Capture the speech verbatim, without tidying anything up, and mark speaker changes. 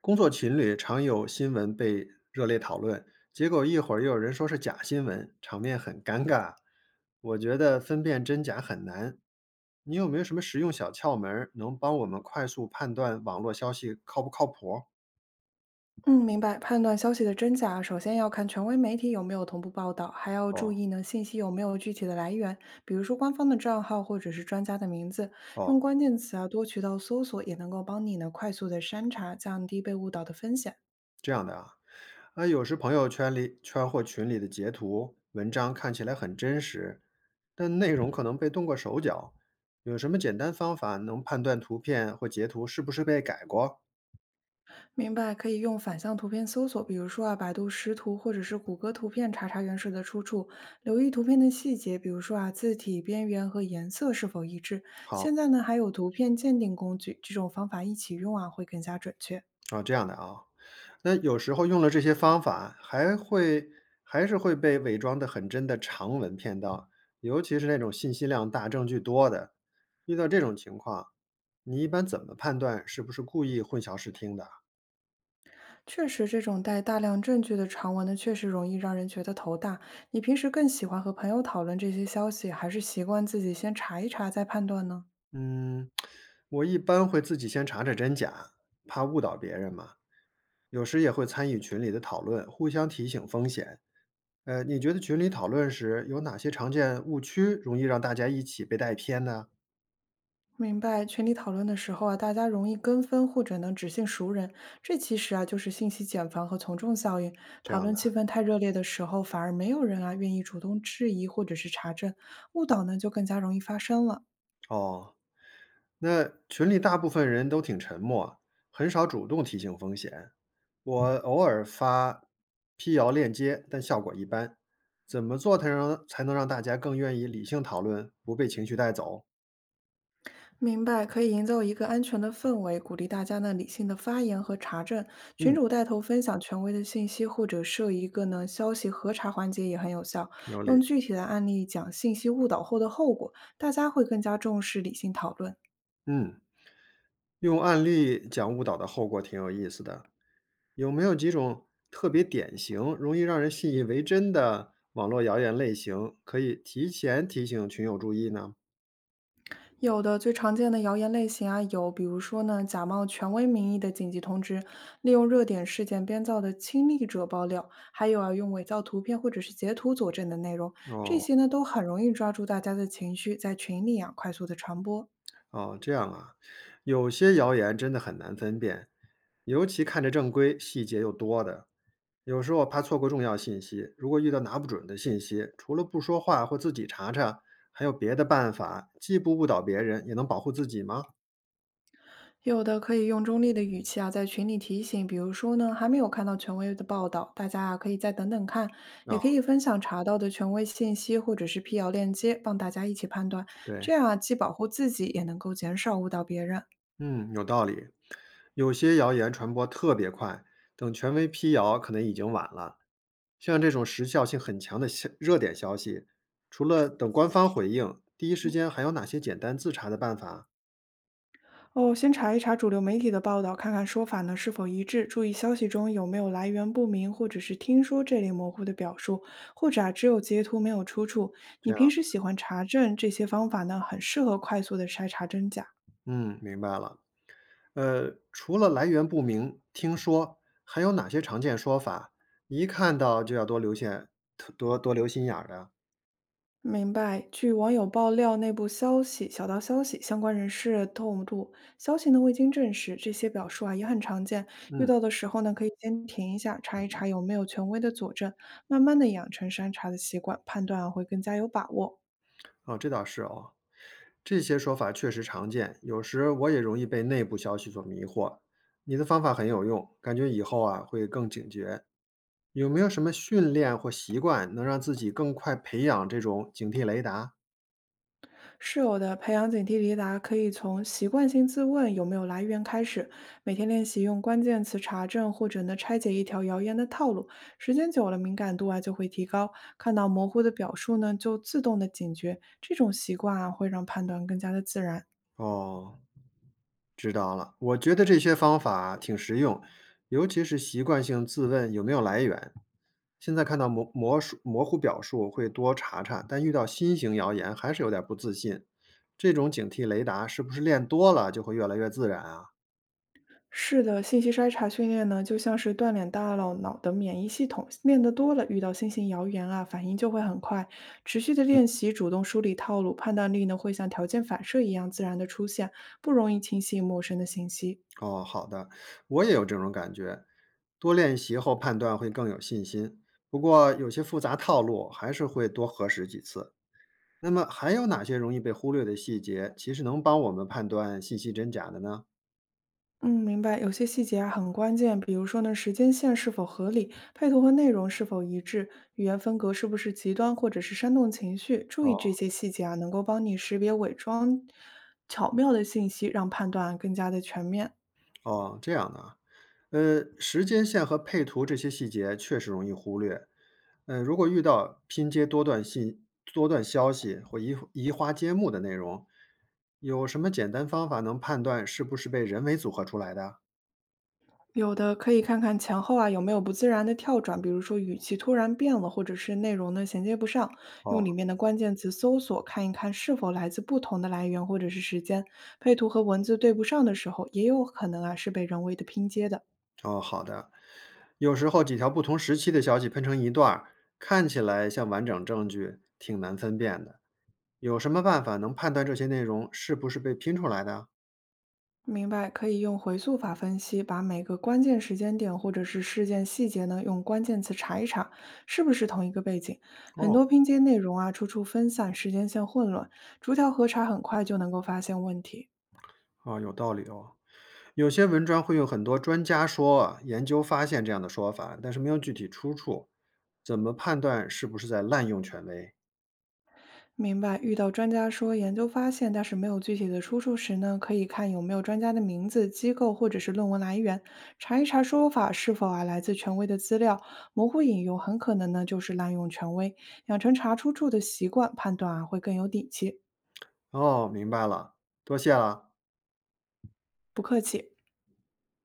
Speaker 1: 工作群里常有新闻被热烈讨论，结果一会儿又有人说是假新闻，场面很尴尬。我觉得分辨真假很难。你有没有什么实用小窍门儿能帮我们快速判断网络消息靠不靠谱？
Speaker 2: 嗯，明白。判断消息的真假，首先要看权威媒体有没有同步报道，还要注
Speaker 1: 哦
Speaker 2: 意呢信息有没有具体的来源，比如说官方的账号或者是专家的名字。用
Speaker 1: 哦，
Speaker 2: 关键词啊多渠道搜索，也能够帮你呢快速的筛查，降低被误导的风险。
Speaker 1: 这样的啊。啊，有时朋友圈里圈或群里的截图、文章看起来很真实，但内容可能被动过手脚。有什么简单方法能判断图片或截图是不是被改过？
Speaker 2: 明白，可以用反向图片搜索，比如说啊百度识图或者是谷歌图片查查原始的出处，留意图片的细节，比如说啊字体、边缘和颜色是否一致。现
Speaker 1: 好。
Speaker 2: 在呢还有图片鉴定工具，这种方法一起用啊会更加准确。
Speaker 1: 哦，这样的啊。那有时候用了这些方法，还会还是会被伪装得很真的长文骗到，尤其是那种信息量大、证据多的。遇到这种情况，你一般怎么判断是不是故意混淆视听的？
Speaker 2: 确实，这种带大量证据的长文呢，确实容易让人觉得头大。你平时更喜欢和朋友讨论这些消息，还是习惯自己先查一查再判断呢？
Speaker 1: 嗯，我一般会自己先查查真假，怕误导别人嘛。有时也会参与群里的讨论，互相提醒风险。呃，你觉得群里讨论时有哪些常见误区，容易让大家一起被带偏呢？
Speaker 2: 明白，群里讨论的时候啊，大家容易跟风或者呢只信熟人，这其实啊就是信息茧房和从众效应。
Speaker 1: 这
Speaker 2: 讨
Speaker 1: 样
Speaker 2: 论
Speaker 1: 的
Speaker 2: 气氛太热烈的时候，反而没有人啊愿意主动质疑或者是查证，误导呢就更加容易发生了。
Speaker 1: 哦。那群里大部分人都挺沉默啊，很少主动提醒风险。我偶尔发辟谣链接，但效果一般。怎么做才能才能让大家更愿意理性讨论，不被情绪带走？
Speaker 2: 明白，可以营造一个安全的氛围，鼓励大家呢理性的发言和查证。群
Speaker 1: 嗯，
Speaker 2: 主带头分享权威的信息，或者设一个呢消息核查环节也很有效。
Speaker 1: 有
Speaker 2: 用
Speaker 1: 理。
Speaker 2: 具体的案例讲信息误导后的后果，大家会更加重视理性讨论。
Speaker 1: 嗯，用案例讲误导的后果挺有意思的。有没有几种特别典型、容易让人信以为真的网络谣言类型，可以提前提醒群友注意呢？
Speaker 2: 有的最常见的谣言类型啊，有比如说呢，假冒权威名义的紧急通知，利用热点事件编造的亲历者爆料，还有啊，用伪造图片或者是截图佐证的内容，这
Speaker 1: 哦，
Speaker 2: 些呢都很容易抓住大家的情绪，在群里啊快速的传播。
Speaker 1: 哦，这样啊，有些谣言真的很难分辨，尤其看着正规、细节又多的，有时候怕错过重要信息。如果遇到拿不准的信息，除了不说话或自己查查，还有别的办法，既不误导别人，也能保护自己吗？
Speaker 2: 有的可以用中立的语气啊，在群里提醒，比如说呢，还没有看到权威的报道，大家啊可以再等等看，也
Speaker 1: 啊、
Speaker 2: 可以分享查到的权威信息或者是辟谣链接，帮大家一起判断，这
Speaker 1: 对，
Speaker 2: 样啊既保护自己，也能够减少误导别人。
Speaker 1: 嗯，有道理。有些谣言传播特别快，等权威辟谣，可能已经晚了。像这种时效性很强的消热点消息，除了等官方回应，第一时间还有哪些简单自查的办法？
Speaker 2: 哦，先查一查主流媒体的报道，看看说法呢是否一致，注意消息中有没有来源不明或者是听说这类模糊的表述，或者啊只有截图没有出处。你
Speaker 1: 这
Speaker 2: 平
Speaker 1: 样，
Speaker 2: 时喜欢查证这些方法呢，很适合快速的筛查真假。
Speaker 1: 嗯，明白了。呃，除了来源不明，听说还有哪些常见说法？一看到就要多留线多多留心眼儿的。
Speaker 2: 明白。据网友爆料，内部消息、小道消息、相关人士透露，消息呢未经证实，这些表述啊也很常见。遇
Speaker 1: 嗯，
Speaker 2: 到的时候呢，可以先停一下，查一查有没有权威的佐证，慢慢的养成筛查的习惯，判断啊会更加有把握。
Speaker 1: 哦，这倒是哦。这些说法确实常见，有时我也容易被内部消息所迷惑。你的方法很有用，感觉以后啊会更警觉。有没有什么训练或习惯能让自己更快培养这种警惕雷达？
Speaker 2: 是有的，培养警惕雷达可以从习惯性自问有没有来源开始，每天练习用关键词查证或者呢拆解一条谣言的套路，时间久了敏感度啊就会提高，看到模糊的表述呢就自动的警觉，这种习惯啊会让判断更加的自然。
Speaker 1: 哦，知道了，我觉得这些方法挺实用，尤其是习惯性自问有没有来源。现在看到模模数模糊表述会多查查，但遇到新型谣言还是有点不自信。这种警惕雷达是不是练多了就会越来越自然啊？
Speaker 2: 是的，信息筛查训练呢，就像是锻炼大脑脑的免疫系统，练得多了，遇到新型谣言啊，反应就会很快。持续的练习，主动梳理套路，判断力呢会像条件反射一样自然的出现，不容易轻信陌生的信息。
Speaker 1: 哦，好的，我也有这种感觉，多练习后判断会更有信心。不过有些复杂套路还是会多核实几次。那么还有哪些容易被忽略的细节，其实能帮我们判断信息真假的呢？
Speaker 2: 嗯，明白。有些细节啊很关键，比如说呢，时间线是否合理，配图和内容是否一致，语言风格是不是极端或者是煽动情绪。注意这
Speaker 1: 哦，
Speaker 2: 些细节啊，能够帮你识别伪装巧妙的信息，让判断啊更加的全面。
Speaker 1: 哦，这样的啊，呃，时间线和配图这些细节确实容易忽略。呃，如果遇到拼接多段信、多段消息或移移花接木的内容，有什么简单方法能判断是不是被人为组合出来的？
Speaker 2: 有的可以看看前后啊有没有不自然的跳转，比如说语气突然变了，或者是内容呢衔接不上，用
Speaker 1: 哦
Speaker 2: 里面的关键词搜索看一看是否来自不同的来源或者是时间，配图和文字对不上的时候，也有可能啊是被人为的拼接的。
Speaker 1: 哦，好的。有时候几条不同时期的消息喷成一段儿，看起来像完整证据，挺难分辨的。有什么办法能判断这些内容是不是被拼出来的？
Speaker 2: 明白，可以用回溯法分析，把每个关键时间点或者是事件细节呢，用关键词查一查，是不是同一个背景。很
Speaker 1: 哦
Speaker 2: 多拼接内容啊，处处分散，时间线混乱，逐条核查很快就能够发现问题。
Speaker 1: 哦，有道理哦。有些文章会有很多专家说啊研究发现这样的说法，但是没有具体出处，怎么判断是不是在滥用权威？
Speaker 2: 明白，遇到专家说研究发现，但是没有具体的出处时呢，可以看有没有专家的名字、机构或者是论文来源，查一查说法是否啊来自权威的资料。模糊引用很可能呢就是滥用权威，养成查出处的习惯，判断啊会更有底气。
Speaker 1: 哦，明白了，多谢了。
Speaker 2: 不客气。